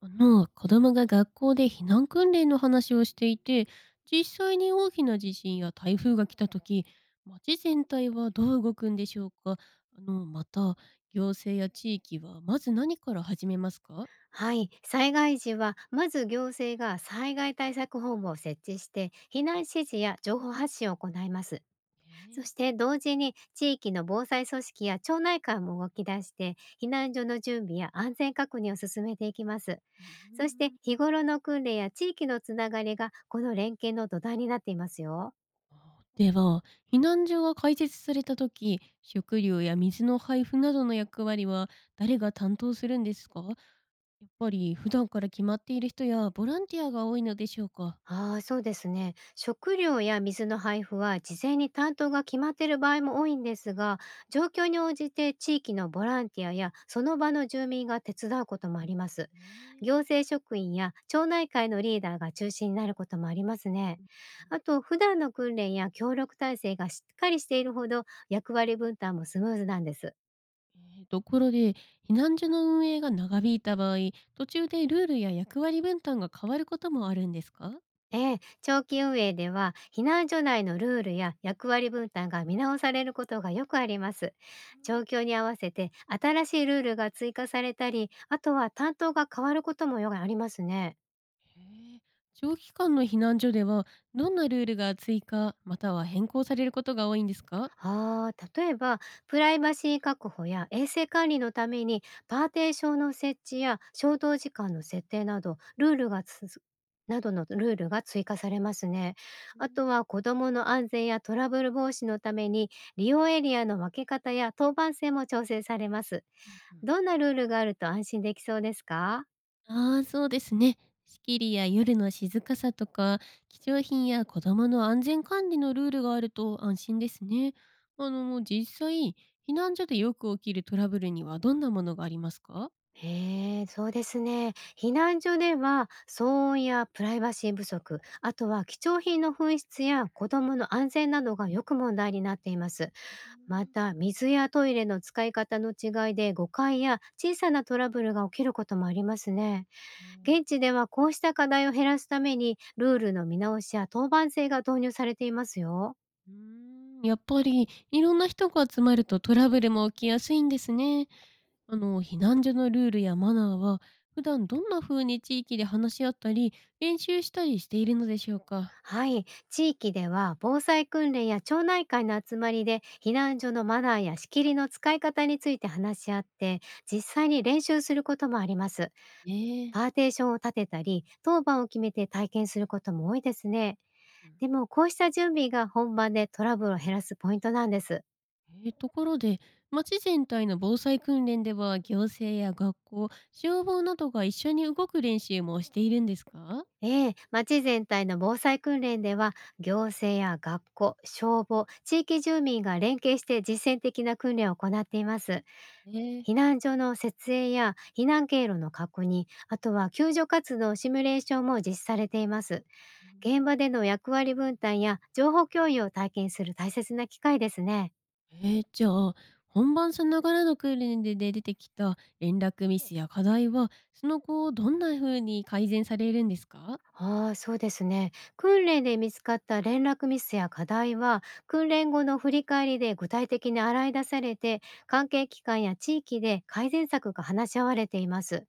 あの子供が学校で避難訓練の話をしていて、実際に大きな地震や台風が来た時、町全体はどう動くんでしょうか。また行政や地域はまず何から始めますか？はい、災害時はまず行政が災害対策本部を設置して避難指示や情報発信を行います。そしえて同時に地域の防災組織や町内会も動き出して避難所の準備や安全確認を進めていきます。ー。うそしてーん。日頃の訓練や地域のつながりがこの連携の土台になっていますよ。あ、では避難所が開設された時、食料や水の配布などの役割は誰が担当するんですか？やっぱり普段から決まっている人やボランティアが多いのでしょうか？ああ、そうですね。食料や水の配布は事前に担当が決まっている場合も多いんですが、状況に応じて地域のボランティアやその場の住民が手伝うこともあります。え行ー政職員や町内会のリーダーが中心になることもありますね。あと、普段の訓練や協力体制がしっかりしているほど役割分担もスムーズなんです。ところで、避難所の運営が長引いた場合、途中でルールや役割分担が変わることもあるんですか？ええ、長期運営では避難所内のルールや役割分担が見直されることがよくあります。う状ん。況に合わせて新しいルールが追加されたり、あとは担当が変わることもよくありますね。へえ。長期間の避難所では、どんなルールが追加、または変更されることが多いんですか？ああ、例えば、プライバシー確保や衛生管理のために、パーテーションの設置や消灯時間の設定など、ルールがつづなどのルールが追加されますね。うあとん。は、子どもの安全やトラブル防止のために、利用エリアの分け方や当番制も調整されます。うん。どんなルールがあると安心できそうですか？ああ、そうですね。仕切りや夜の静かさとか、貴重品や子供の安全管理のルールがあると安心ですね。もう実際、避難所でよく起きるトラブルにはどんなものがありますか？へえ、そうですね。避難所では騒音やプライバシー不足、あとは貴重品の紛失や子どもの安全などがよく問題になっています。また、水やトイレの使い方の違いで誤解や小さなトラブルが起きることもありますね。ええ、現地ではこうした課題を減らすために、ルールの見直しや当番制が導入されていますよ。うーやっぱりいろんな人が集まるとトラブルも起きやすいんですね。避難所のルールやマナーは、普段どんな風に地域で話し合ったり、練習したりしているのでしょうか？はい、地域では防災訓練や町内会の集まりで避難所のマナーや仕切りの使い方について話し合って、実際に練習することもあります。ええ。パーテーションを立てたり当番を決めて体験することも多いですね。うん。でも、こうした準備が本番でトラブルを減らすポイントなんです。ところで、町全体の防災訓練では、行政や学校、消防などが一緒に動く練習もしているんですか？ええ、町全体の防災訓練では行政や学校、消防、地域住民が連携して実践的な訓練を行っています。ええ。避難所の設営や避難経路の確認、あとは救助活動シミュレーションも実施されています。う現ん。場での役割分担や情報共有を体験する大切な機会ですね。じゃあ本番さながらの訓練で出てきた連絡ミスや課題はその後どんな風に改善されるんですか？ああ、そうですね。訓練で見つかった連絡ミスや課題は、訓練後の振り返りで具体的に洗い出されて、関係機関や地域で改善策が話し合われています。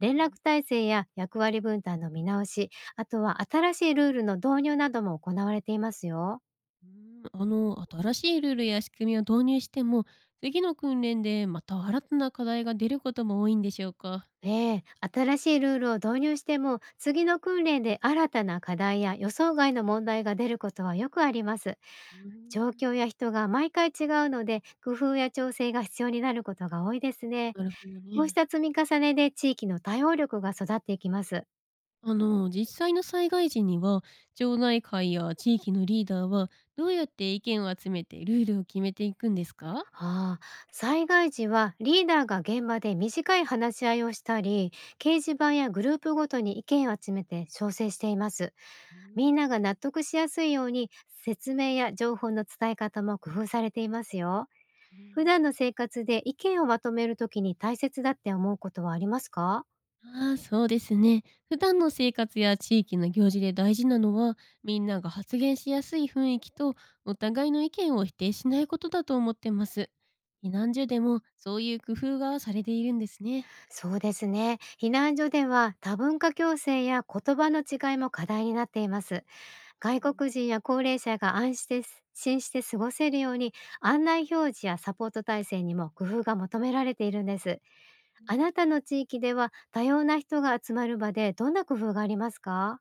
連絡体制や役割分担の見直し、あとは新しいルールの導入なども行われていますよ。新しいルールや仕組みを導入しても、次の訓練でまた新たな課題が出ることも多いんでしょうか？ええ、新しいルールを導入しても、次の訓練で新たな課題や予想外の問題が出ることはよくあります。うー状ん。況や人が毎回違うので、工夫や調整が必要になることが多いですね。なるほどこうしね。た積み重ねで地域の対応力が育っていきます。実際の災害時には町内会や地域のリーダーはどうやって意見を集めてルールを決めていくんですか？ああ、災害時はリーダーが現場で短い話し合いをしたり、掲示板やグループごとに意見を集めて調整しています。うーみんん。なが納得しやすいように説明や情報の伝え方も工夫されていますよ。普ね。段の生活で意見をまとめるときに大切だって思うことはありますか？ああ、そうですね。普段の生活や地域の行事で大事なのは、みんなが発言しやすい雰囲気と、お互いの意見を否定しないことだと思ってます。避難所でもそういう工夫がされているんですね。そうですね。避難所では多文化共生や言葉の違いも課題になっています。外国人や高齢者が安心して過ごせるように、案内表示やサポート体制にも工夫が求められているんです。あね。なたの地域では多様な人が集まる場でどんな工夫がありますか？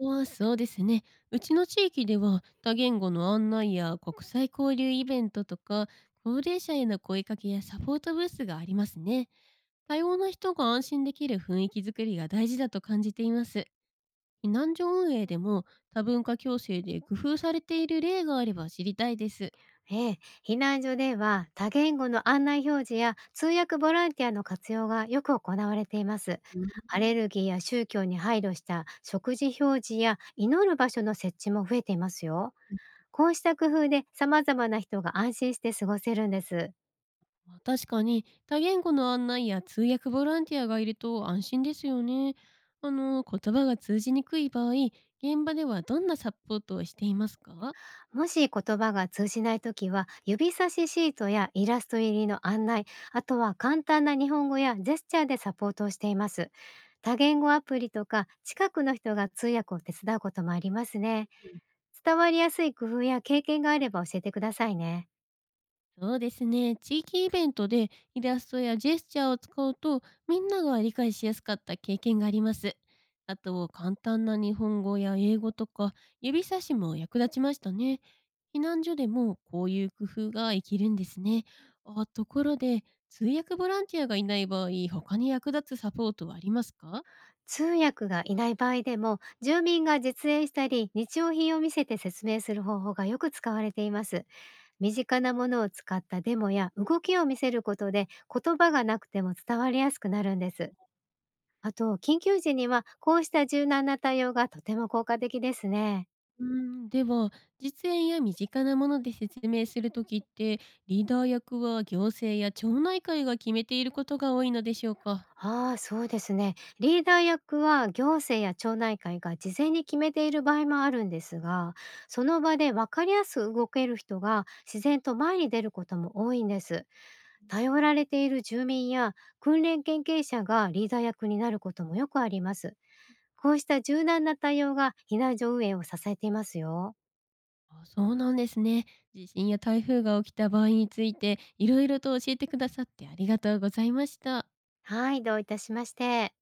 ああ、そうですね。うちの地域では、多言語の案内や国際交流イベントとか、高齢者への声かけやサポートブースがありますね。多様な人が安心できる雰囲気づくりが大事だと感じています。避難所運営でも多文化共生で工夫されている例があれば知りたいです。ええ、避難所では多言語の案内表示や通訳ボランティアの活用がよく行われています。うアレルん。ギーや宗教に配慮した食事表示や祈る場所の設置も増えていますよ。こうした工夫で様々な人が安心して過ごせるんです。まあ確かに多言語の案内や通訳ボランティアがいると安心ですよね。言葉が通じにくい場合、現場ではどんなサポートをしていますか？もし言葉が通じないときは、指差しシートやイラスト入りの案内、あとは簡単な日本語やジェスチャーでサポートをしています。多言語アプリとか、近くの人が通訳を手伝うこともありますね。伝わりやすい工夫や経験があれば教えてくださいね。そうですね。地域イベントでイラストやジェスチャーを使うとみんなが理解しやすかった経験があります。あと簡単な日本語や英語とか指差しも役立ちましたね。避難所でもこういう工夫が生きるんですね。あ、ところで通訳ボランティアがいない場合、他に役立つサポートはありますか？通訳がいない場合でも、住民が実演したり、日用品を見せて説明する方法がよく使われています。身近なものを使ったデモや動きを見せることで、言葉がなくても伝わりやすくなるんです。あと、緊急時にはこうした柔軟な対応がとても効果的ですね。うーでは実演や身近なもので説明するときってリーダー役は行政や町内会が決めていることが多いのでしょうか？ああ、そうですね。リーダー役は行政や町内会が事前に決めている場合もあるんですが、その場で分かりやすく動ける人が自然と前に出ることも多いんです。頼られている住民や訓練研究者がリーダー役になることもよくあります。こうした柔軟な対応が避難所運営を支えていますよ。あ、そうなんですね。地震や台風が起きた場合についていろいろと教えてくださってありがとうございました。はい、どういたしまして。